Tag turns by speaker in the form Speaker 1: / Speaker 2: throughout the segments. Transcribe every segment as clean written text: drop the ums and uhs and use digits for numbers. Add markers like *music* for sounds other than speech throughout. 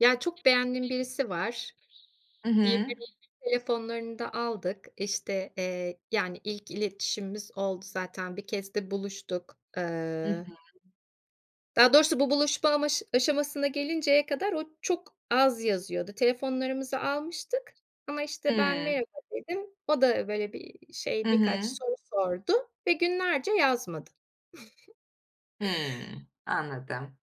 Speaker 1: Ya, çok beğendiğim birisi var.
Speaker 2: Hı hı.
Speaker 1: Birbirimizin telefonlarını da aldık. İşte, yani, ilk iletişimimiz oldu zaten. Bir kez de buluştuk.
Speaker 2: Hı hı.
Speaker 1: Daha doğrusu bu buluşma aşamasına gelinceye kadar o çok az yazıyordu. Telefonlarımızı almıştık ama, işte, ben
Speaker 2: Hımm.
Speaker 1: merhaba dedim. O da böyle bir şey,
Speaker 2: Hı
Speaker 1: birkaç
Speaker 2: hı.
Speaker 1: soru sordu ve günlerce yazmadı.
Speaker 2: Hımm. Anladım,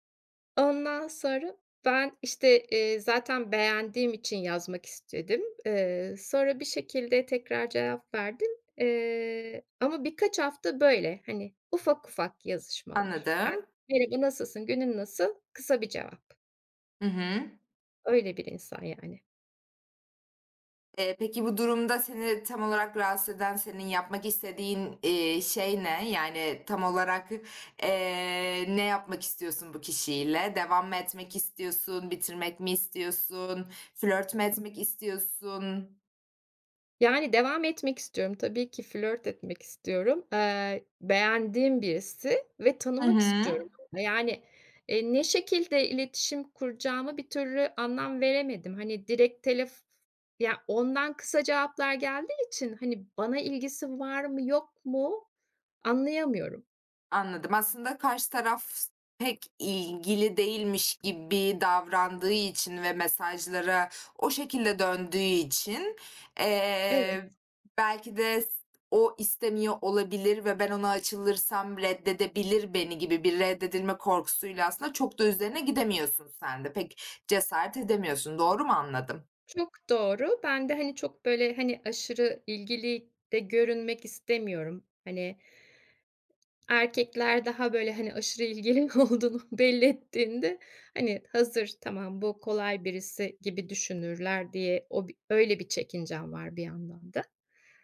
Speaker 1: Ondan sonra ben, işte, zaten beğendiğim için yazmak istedim. Sonra bir şekilde tekrar cevap verdim. Ama birkaç hafta böyle, hani, ufak ufak yazışmalar. Yani,
Speaker 2: anladım.
Speaker 1: "Merhaba, nasılsın, günün nasıl?" Kısa bir cevap.
Speaker 2: Hı hı.
Speaker 1: Öyle bir insan yani.
Speaker 2: Peki bu durumda seni tam olarak rahatsız eden, senin yapmak istediğin, şey ne? Yani tam olarak, ne yapmak istiyorsun bu kişiyle? Devam mı etmek istiyorsun? Bitirmek mi istiyorsun? Flört mü etmek istiyorsun?
Speaker 1: Yani, devam etmek istiyorum. Tabii ki flört etmek istiyorum. Beğendiğim birisi ve
Speaker 2: Hı
Speaker 1: tanımak
Speaker 2: hı.
Speaker 1: istiyorum yani, ne şekilde iletişim kuracağımı bir türlü anlam veremedim. Hani, direkt ya, ondan kısa cevaplar geldiği için, hani, bana ilgisi var mı yok mu anlayamıyorum.
Speaker 2: Anladım. Aslında karşı taraf pek ilgili değilmiş gibi davrandığı için ve mesajlara o şekilde döndüğü için,
Speaker 1: Evet,
Speaker 2: eee, belki de o istemiyor olabilir ve ben ona açılırsam reddedebilir beni gibi bir reddedilme korkusuyla aslında çok da üzerine gidemiyorsun sen de. Pek cesaret edemiyorsun. Doğru mu anladım?
Speaker 1: çok doğru. Ben de, hani, çok böyle, hani, aşırı ilgili de görünmek istemiyorum. Hani erkekler daha, böyle, hani, aşırı ilgili *laughs* olduğunu belli ettiğinde, hani, hazır, tamam, bu kolay birisi gibi düşünürler diye o öyle bir çekincem var bir yandan da.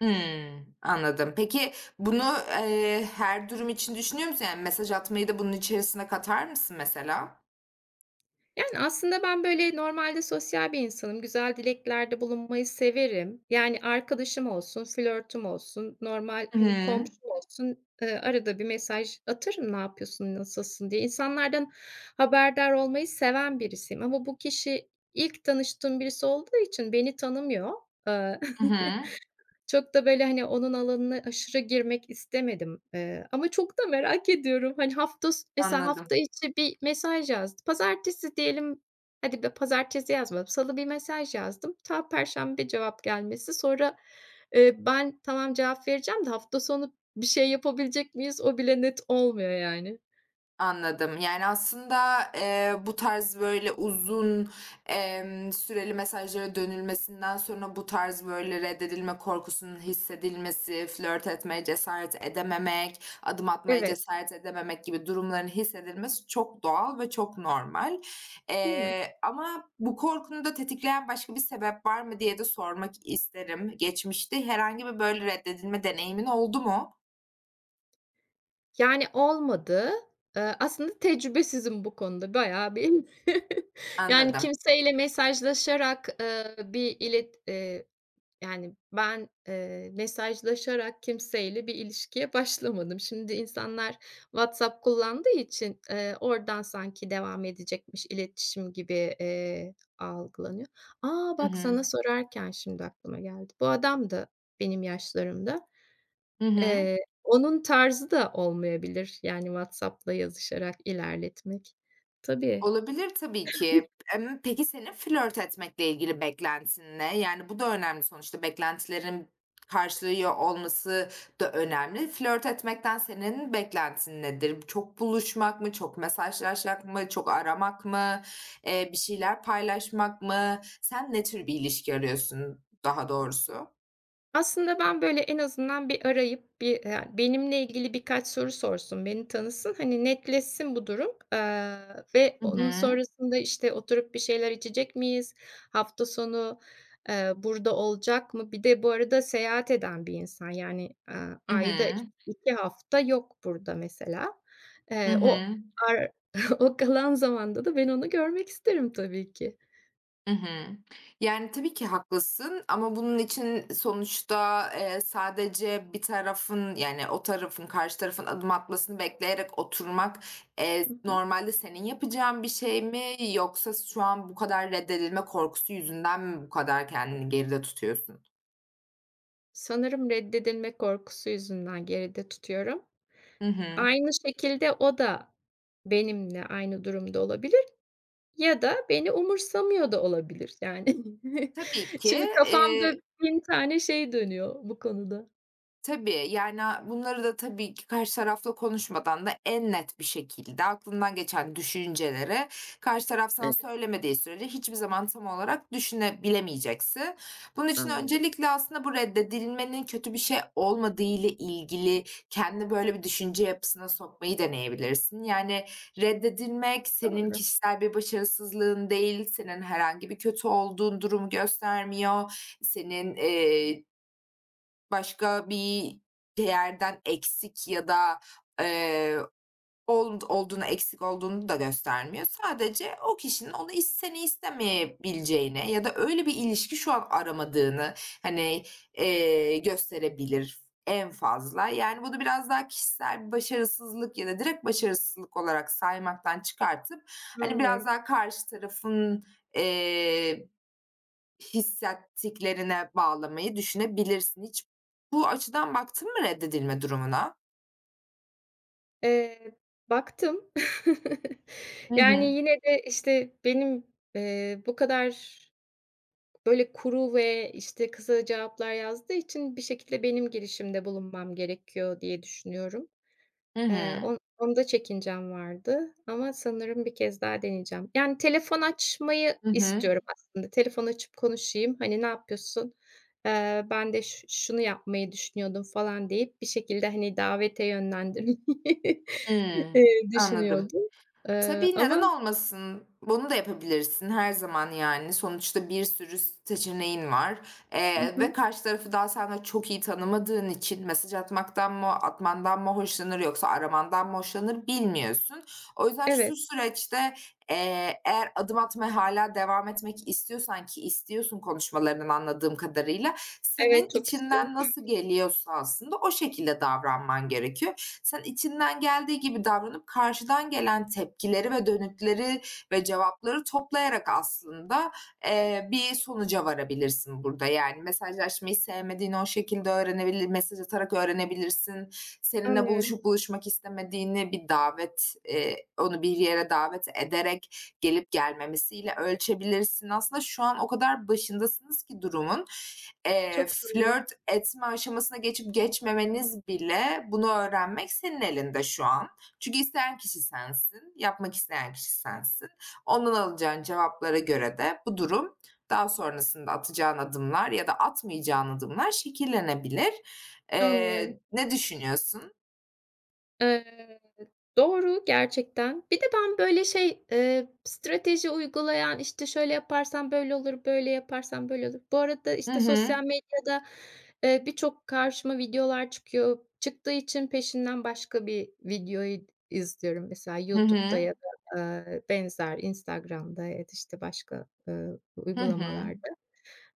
Speaker 2: Hımm, anladım. Peki bunu, her durum için düşünüyor musun? Yani mesaj atmayı da bunun içerisine katar mısın mesela?
Speaker 1: Yani, aslında ben, böyle, normalde sosyal bir insanım. Güzel dileklerde bulunmayı severim. Yani, arkadaşım olsun, flörtüm olsun, normal,
Speaker 2: Hı
Speaker 1: hani,
Speaker 2: hı.
Speaker 1: komşum olsun, arada bir mesaj atarım, "Ne yapıyorsun, nasılsın?" diye. İnsanlardan haberdar olmayı seven birisiyim ama bu kişi ilk tanıştığım birisi olduğu için beni tanımıyor.
Speaker 2: Hı hı.
Speaker 1: Çok da böyle, hani, onun alanına aşırı girmek istemedim, ama çok da merak ediyorum. Hani, hafta s mesela
Speaker 2: Anladım,
Speaker 1: hafta içi bir mesaj yazdı. Pazartesi diyelim, hadi be pazartesi yazmadım. Salı bir mesaj yazdım. Ta perşembe cevap gelmesi. Sonra, ben tamam cevap vereceğim de hafta sonu bir şey yapabilecek miyiz o bile net olmuyor yani.
Speaker 2: Yani, aslında, bu tarz böyle uzun, süreli mesajlara dönülmesinden sonra bu tarz böyle reddedilme korkusunun hissedilmesi, flört etmeye cesaret edememek, adım atmaya
Speaker 1: Evet,
Speaker 2: cesaret edememek gibi durumların hissedilmesi çok doğal ve çok normal.
Speaker 1: değil mi?
Speaker 2: Ama bu korkunu da tetikleyen başka bir sebep var mı diye de sormak isterim. Geçmişte herhangi bir böyle reddedilme deneyimin oldu mu?
Speaker 1: Yani olmadı. Aslında tecrübesizim bu konuda bayağı bir. *laughs* Yani
Speaker 2: Anladım.
Speaker 1: kimseyle mesajlaşarak, bir ilet yani ben, mesajlaşarak kimseyle bir ilişkiye başlamadım. Şimdi insanlar WhatsApp kullandığı için, oradan sanki devam edecekmiş iletişim gibi, algılanıyor. Aa
Speaker 2: Hı
Speaker 1: bak
Speaker 2: hı.
Speaker 1: sana sorarken şimdi aklıma geldi. Bu adam da benim yaşlarımda.
Speaker 2: Hı hı.
Speaker 1: Eee, onun tarzı da olmayabilir, yani WhatsApp'la yazışarak ilerletmek. Tabii.
Speaker 2: Olabilir tabii ki. Peki senin flört etmekle ilgili beklentin ne? Yani bu da önemli sonuçta beklentilerin karşılıyor olması da önemli. Flört etmekten senin beklentin nedir? Çok buluşmak mı? Çok mesajlaşmak mı? Çok aramak mı? Bir şeyler paylaşmak mı? Sen ne tür bir ilişki arıyorsun daha doğrusu?
Speaker 1: Aslında ben, böyle, en azından bir arayıp bir, benimle ilgili birkaç soru sorsun, beni tanısın, hani, netleşsin bu durum, ve
Speaker 2: Hı
Speaker 1: onun
Speaker 2: hı.
Speaker 1: sonrasında, işte, oturup bir şeyler içecek miyiz? Hafta sonu, burada olacak mı? Bir de bu arada seyahat eden bir insan, yani,
Speaker 2: Hı
Speaker 1: ayda
Speaker 2: hı.
Speaker 1: 2 hafta yok burada mesela.
Speaker 2: Hı
Speaker 1: O
Speaker 2: hı.
Speaker 1: ar *laughs* o kalan zamanda da ben onu görmek isterim tabii ki.
Speaker 2: Hı hı. Yani, tabii ki haklısın ama bunun için sonuçta, sadece bir tarafın, yani, o tarafın, karşı tarafın adım atmasını bekleyerek oturmak,
Speaker 1: Hı hı.
Speaker 2: normalde senin yapacağın bir şey mi yoksa şu an bu kadar reddedilme korkusu yüzünden mi bu kadar kendini geride tutuyorsun?
Speaker 1: Sanırım reddedilme korkusu yüzünden geride tutuyorum.
Speaker 2: Hı hı.
Speaker 1: Aynı şekilde o da benimle aynı durumda olabilir ya da beni umursamıyor da olabilir yani. *laughs*
Speaker 2: Tabii ki,
Speaker 1: Şimdi kafamda
Speaker 2: eee
Speaker 1: 1000 tane şey dönüyor bu konuda.
Speaker 2: Tabii, yani, bunları da tabii ki karşı tarafla konuşmadan da en net bir şekilde aklından geçen düşünceleri karşı taraf sana
Speaker 1: Evet,
Speaker 2: söylemediği sürece hiçbir zaman tam olarak düşünebilemeyeceksin. Bunun için
Speaker 1: anlıyorum.
Speaker 2: öncelikle aslında bu reddedilmenin kötü bir şey olmadığı ile ilgili kendi böyle bir düşünce yapısına sokmayı deneyebilirsin. Yani, reddedilmek senin
Speaker 1: Doğru,
Speaker 2: kişisel bir başarısızlığın değil, senin herhangi bir kötü olduğun durumu göstermiyor, senin. Başka bir değerden eksik ya da, eee, olduğunu, eksik olduğunu da göstermiyor. Sadece o kişinin onu istemeyebileceğine ya da öyle bir ilişki şu an aramadığını, hani, gösterebilir en fazla. Yani bunu biraz daha kişisel bir başarısızlık ya da direkt başarısızlık olarak saymaktan çıkartıp, hani, biraz
Speaker 1: anlıyorum.
Speaker 2: daha karşı tarafın, eee, hissettiklerine bağlamayı düşünebilirsin. Hiç bu açıdan baktın mı reddedilme durumuna?
Speaker 1: Eee, baktım. *laughs*
Speaker 2: Hı
Speaker 1: Yani
Speaker 2: hı.
Speaker 1: yine de, işte, benim, bu kadar böyle kuru ve, işte, kısa cevaplar yazdığı için bir şekilde benim girişimde bulunmam gerekiyor diye düşünüyorum.
Speaker 2: Hı hı.
Speaker 1: On onda çekincem vardı ama sanırım bir kez daha deneyeceğim. Yani telefon açmayı
Speaker 2: Hı hı.
Speaker 1: istiyorum aslında. Telefon açıp konuşayım, hani, "Ne yapıyorsun? Ben de şunu yapmayı düşünüyordum." falan deyip bir şekilde, hani, davete yönlendirmeyi, *laughs*
Speaker 2: Hımm. Anladım.
Speaker 1: düşünüyordum.
Speaker 2: Tabii, neden
Speaker 1: Ama
Speaker 2: olmasın? Bunu da yapabilirsin her zaman, yani. Sonuçta bir sürü seçeneğin var,
Speaker 1: Hı
Speaker 2: eee,
Speaker 1: hı.
Speaker 2: ve karşı tarafı daha sen de çok iyi tanımadığın için mesaj atmaktan mı, atmandan mı hoşlanır yoksa aramandan mı hoşlanır bilmiyorsun. O yüzden şu
Speaker 1: Evet,
Speaker 2: süreçte, eğer adım atmaya hala devam etmek istiyorsan ki istiyorsun konuşmalarından anladığım kadarıyla, senin
Speaker 1: evet, çok istiyorum.
Speaker 2: içinden nasıl geliyorsa aslında o şekilde davranman gerekiyor. Sen içinden geldiği gibi davranıp karşıdan gelen tepkileri ve dönütleri ve cevapları toplayarak aslında, bir sonuca varabilirsin burada. Yani mesajlaşmayı sevmediğini o şekilde öğrenebilir mesaj atarak öğrenebilirsin. Seninle
Speaker 1: Anlıyorum.
Speaker 2: buluşup buluşmak istemediğini bir davet, onu bir yere davet ederek gelip gelmemesiyle ölçebilirsin. Aslında şu an o kadar başındasınız ki durumun,
Speaker 1: Çok doğru.
Speaker 2: flört etme aşamasına geçip geçmemeniz bile bunu öğrenmek senin elinde şu an. Çünkü isteyen kişi sensin, yapmak isteyen kişi sensin. Ondan alacağın cevaplara göre de bu durum daha sonrasında atacağın adımlar ya da atmayacağın adımlar şekillenebilir.
Speaker 1: Anlıyorum.
Speaker 2: Ne düşünüyorsun?
Speaker 1: Eee Doğru, gerçekten. Bir de ben böyle şey, strateji uygulayan, işte, şöyle yaparsam böyle olur, böyle yaparsam böyle olur. Bu arada,
Speaker 2: Hı
Speaker 1: işte, sosyal
Speaker 2: hı.
Speaker 1: medyada, birçok karşıma videolar çıkıyor. Çıktığı için peşinden başka bir videoyu izliyorum. Mesela
Speaker 2: Hı
Speaker 1: YouTube'da
Speaker 2: hı.
Speaker 1: ya da, benzer Instagram'da ya da, işte, başka,
Speaker 2: Hı hı.
Speaker 1: uygulamalarda.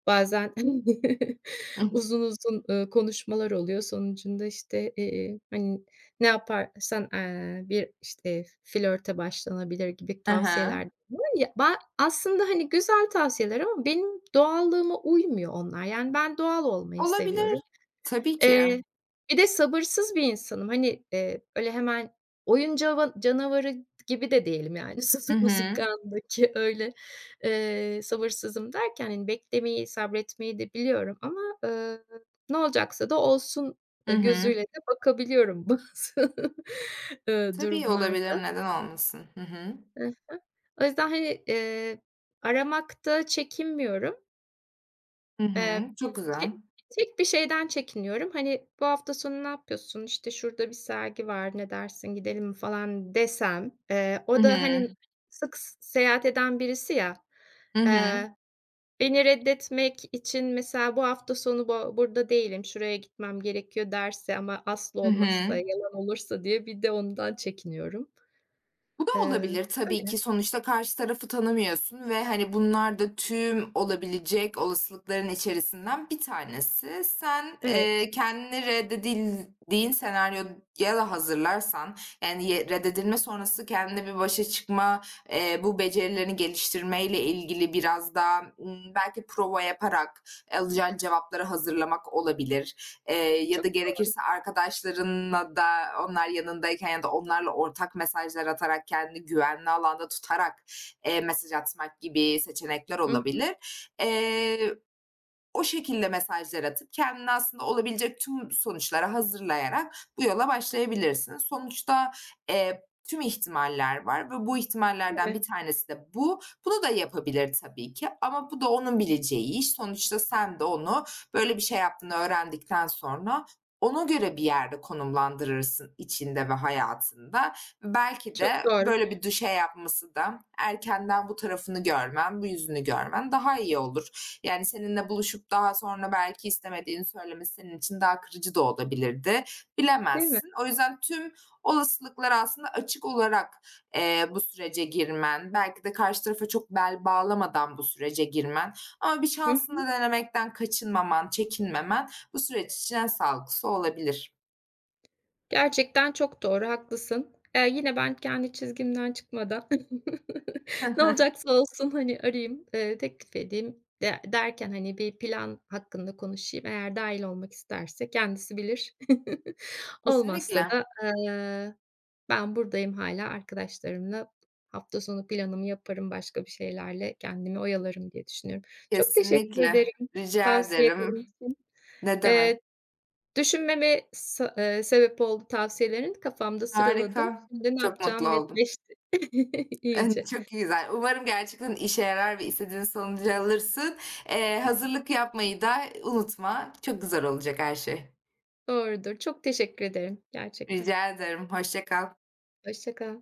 Speaker 1: Bazen *laughs*
Speaker 2: Ih.
Speaker 1: uzun uzun, konuşmalar oluyor. Sonucunda, işte, hani, ne yaparsan, bir, işte, flörte başlanabilir gibi
Speaker 2: Hı hı.
Speaker 1: tavsiyeler de
Speaker 2: hı.
Speaker 1: var ya aslında, hani, güzel tavsiyeler ama benim doğallığıma uymuyor onlar. Yani ben doğal olmayı seviyorum.
Speaker 2: Olabilir. Tabii ki.
Speaker 1: Eee, bir de sabırsız bir insanım. Hani, öyle hemen oyun cava canavarı gibi de değilim yani *laughs*
Speaker 2: Hı hı.
Speaker 1: Susamuzukandaki öyle, sabırsızım derken, hani, beklemeyi, sabretmeyi de biliyorum ama, ne olacaksa da olsun,
Speaker 2: Hı hı.
Speaker 1: gözüyle de bakabiliyorum *laughs* bazı,
Speaker 2: Tabii olabilir,
Speaker 1: durumlarda.
Speaker 2: neden olmasın? Hı hı.
Speaker 1: Hı hı. O yüzden, hani, aramakta çekinmiyorum.
Speaker 2: Hı
Speaker 1: Eee,
Speaker 2: hı. Çok
Speaker 1: tek
Speaker 2: güzel.
Speaker 1: tek bir şeyden çekiniyorum. Hani, "Bu hafta sonu ne yapıyorsun? İşte, şurada bir sergi var, ne dersin, gidelim mi?" falan desem,
Speaker 2: Hı
Speaker 1: o da,
Speaker 2: hı.
Speaker 1: hani, sık s seyahat eden birisi ya,
Speaker 2: Hı hı.
Speaker 1: eee, beni reddetmek için mesela, "Bu hafta sonu burada değilim, şuraya gitmem gerekiyor." derse ama aslı
Speaker 2: Hı hı.
Speaker 1: olmazsa, yalan olursa diye bir de ondan çekiniyorum.
Speaker 2: Bu da
Speaker 1: Eee,
Speaker 2: olabilir tabii
Speaker 1: öyle.
Speaker 2: ki. Sonuçta karşı tarafı tanımıyorsun ve, hani, bunlar da tüm olabilecek olasılıkların içerisinden bir tanesi. Sen,
Speaker 1: Evet.
Speaker 2: kendini reddedildiğin senaryoya da hazırlarsan, yani, reddedilme sonrası kendine bir başa çıkma, bu becerilerini geliştirmeyle ilgili biraz daha, belki prova yaparak, alacağın cevapları hazırlamak olabilir. E, ya
Speaker 1: Çok
Speaker 2: da gerekirse arkadaşlarınla da onlar yanındayken ya da onlarla ortak mesajlar atarak kendini güvenli alanda tutarak e, mesaj atmak gibi seçenekler
Speaker 1: Hı hı.
Speaker 2: olabilir. E, o şekilde mesajlar atıp kendini aslında olabilecek tüm sonuçlara hazırlayarak bu yola başlayabilirsin. Sonuçta, eee, tüm ihtimaller var ve bu
Speaker 1: Değil
Speaker 2: ihtimallerden
Speaker 1: mi?
Speaker 2: bir tanesi de bu. Bunu da yapabilir tabii ki ama bu da onun bileceği iş. Sonuçta sen de onu böyle bir şey yaptığını öğrendikten sonra ona göre bir yerde konumlandırırsın içinde ve hayatında. Belki
Speaker 1: Çok
Speaker 2: de
Speaker 1: doğru.
Speaker 2: böyle bir düşey yapması da erkenden bu tarafını görmen, bu yüzünü görmen daha iyi olur. Yani seninle buluşup daha sonra belki istemediğini söylemesi senin için daha kırıcı da olabilirdi.
Speaker 1: Değil mi?
Speaker 2: Bilemezsin. O yüzden tüm olasılıklar aslında açık olarak, bu sürece girmen, belki de karşı tarafa çok bel bağlamadan bu sürece girmen ama bir
Speaker 1: Hı
Speaker 2: şansını
Speaker 1: hı.
Speaker 2: da denemekten kaçınmaman, çekinmemen bu süreç için en sağlıklısı olabilir.
Speaker 1: Gerçekten çok doğru, haklısın. Yine ben kendi çizgimden çıkmadan *laughs* ne
Speaker 2: *laughs*
Speaker 1: olacaksa olsun, hani, arayayım, teklif edeyim de derken, hani, bir plan hakkında konuşayım. Eğer dahil olmak isterse kendisi bilir. *laughs* Olmazsa
Speaker 2: Kesinlikle.
Speaker 1: da, ben buradayım hala arkadaşlarımla hafta sonu planımı yaparım, başka bir şeylerle kendimi oyalarım diye düşünüyorum. Çok teşekkür
Speaker 2: Kesinlikle,
Speaker 1: ederim
Speaker 2: rica
Speaker 1: tavsiyelerin
Speaker 2: ederim.
Speaker 1: için.
Speaker 2: Ne demek.
Speaker 1: Eee Düşünmeme sa sebep oldu tavsiyelerin. Kafamda sıraladım.
Speaker 2: Harika,
Speaker 1: Şimdi ne
Speaker 2: çok mutlu
Speaker 1: yapacağım
Speaker 2: oldum.
Speaker 1: netleşti *laughs* iyice.
Speaker 2: *laughs* Çok güzel. Umarım gerçekten işe yarar ve istediğin sonucu alırsın.
Speaker 1: Hı hı.
Speaker 2: Hazırlık yapmayı da unutma. Çok güzel olacak her şey.
Speaker 1: Doğrudur. Çok teşekkür ederim gerçekten.
Speaker 2: Rica ederim, hoşça kal.
Speaker 1: Hoşça kal.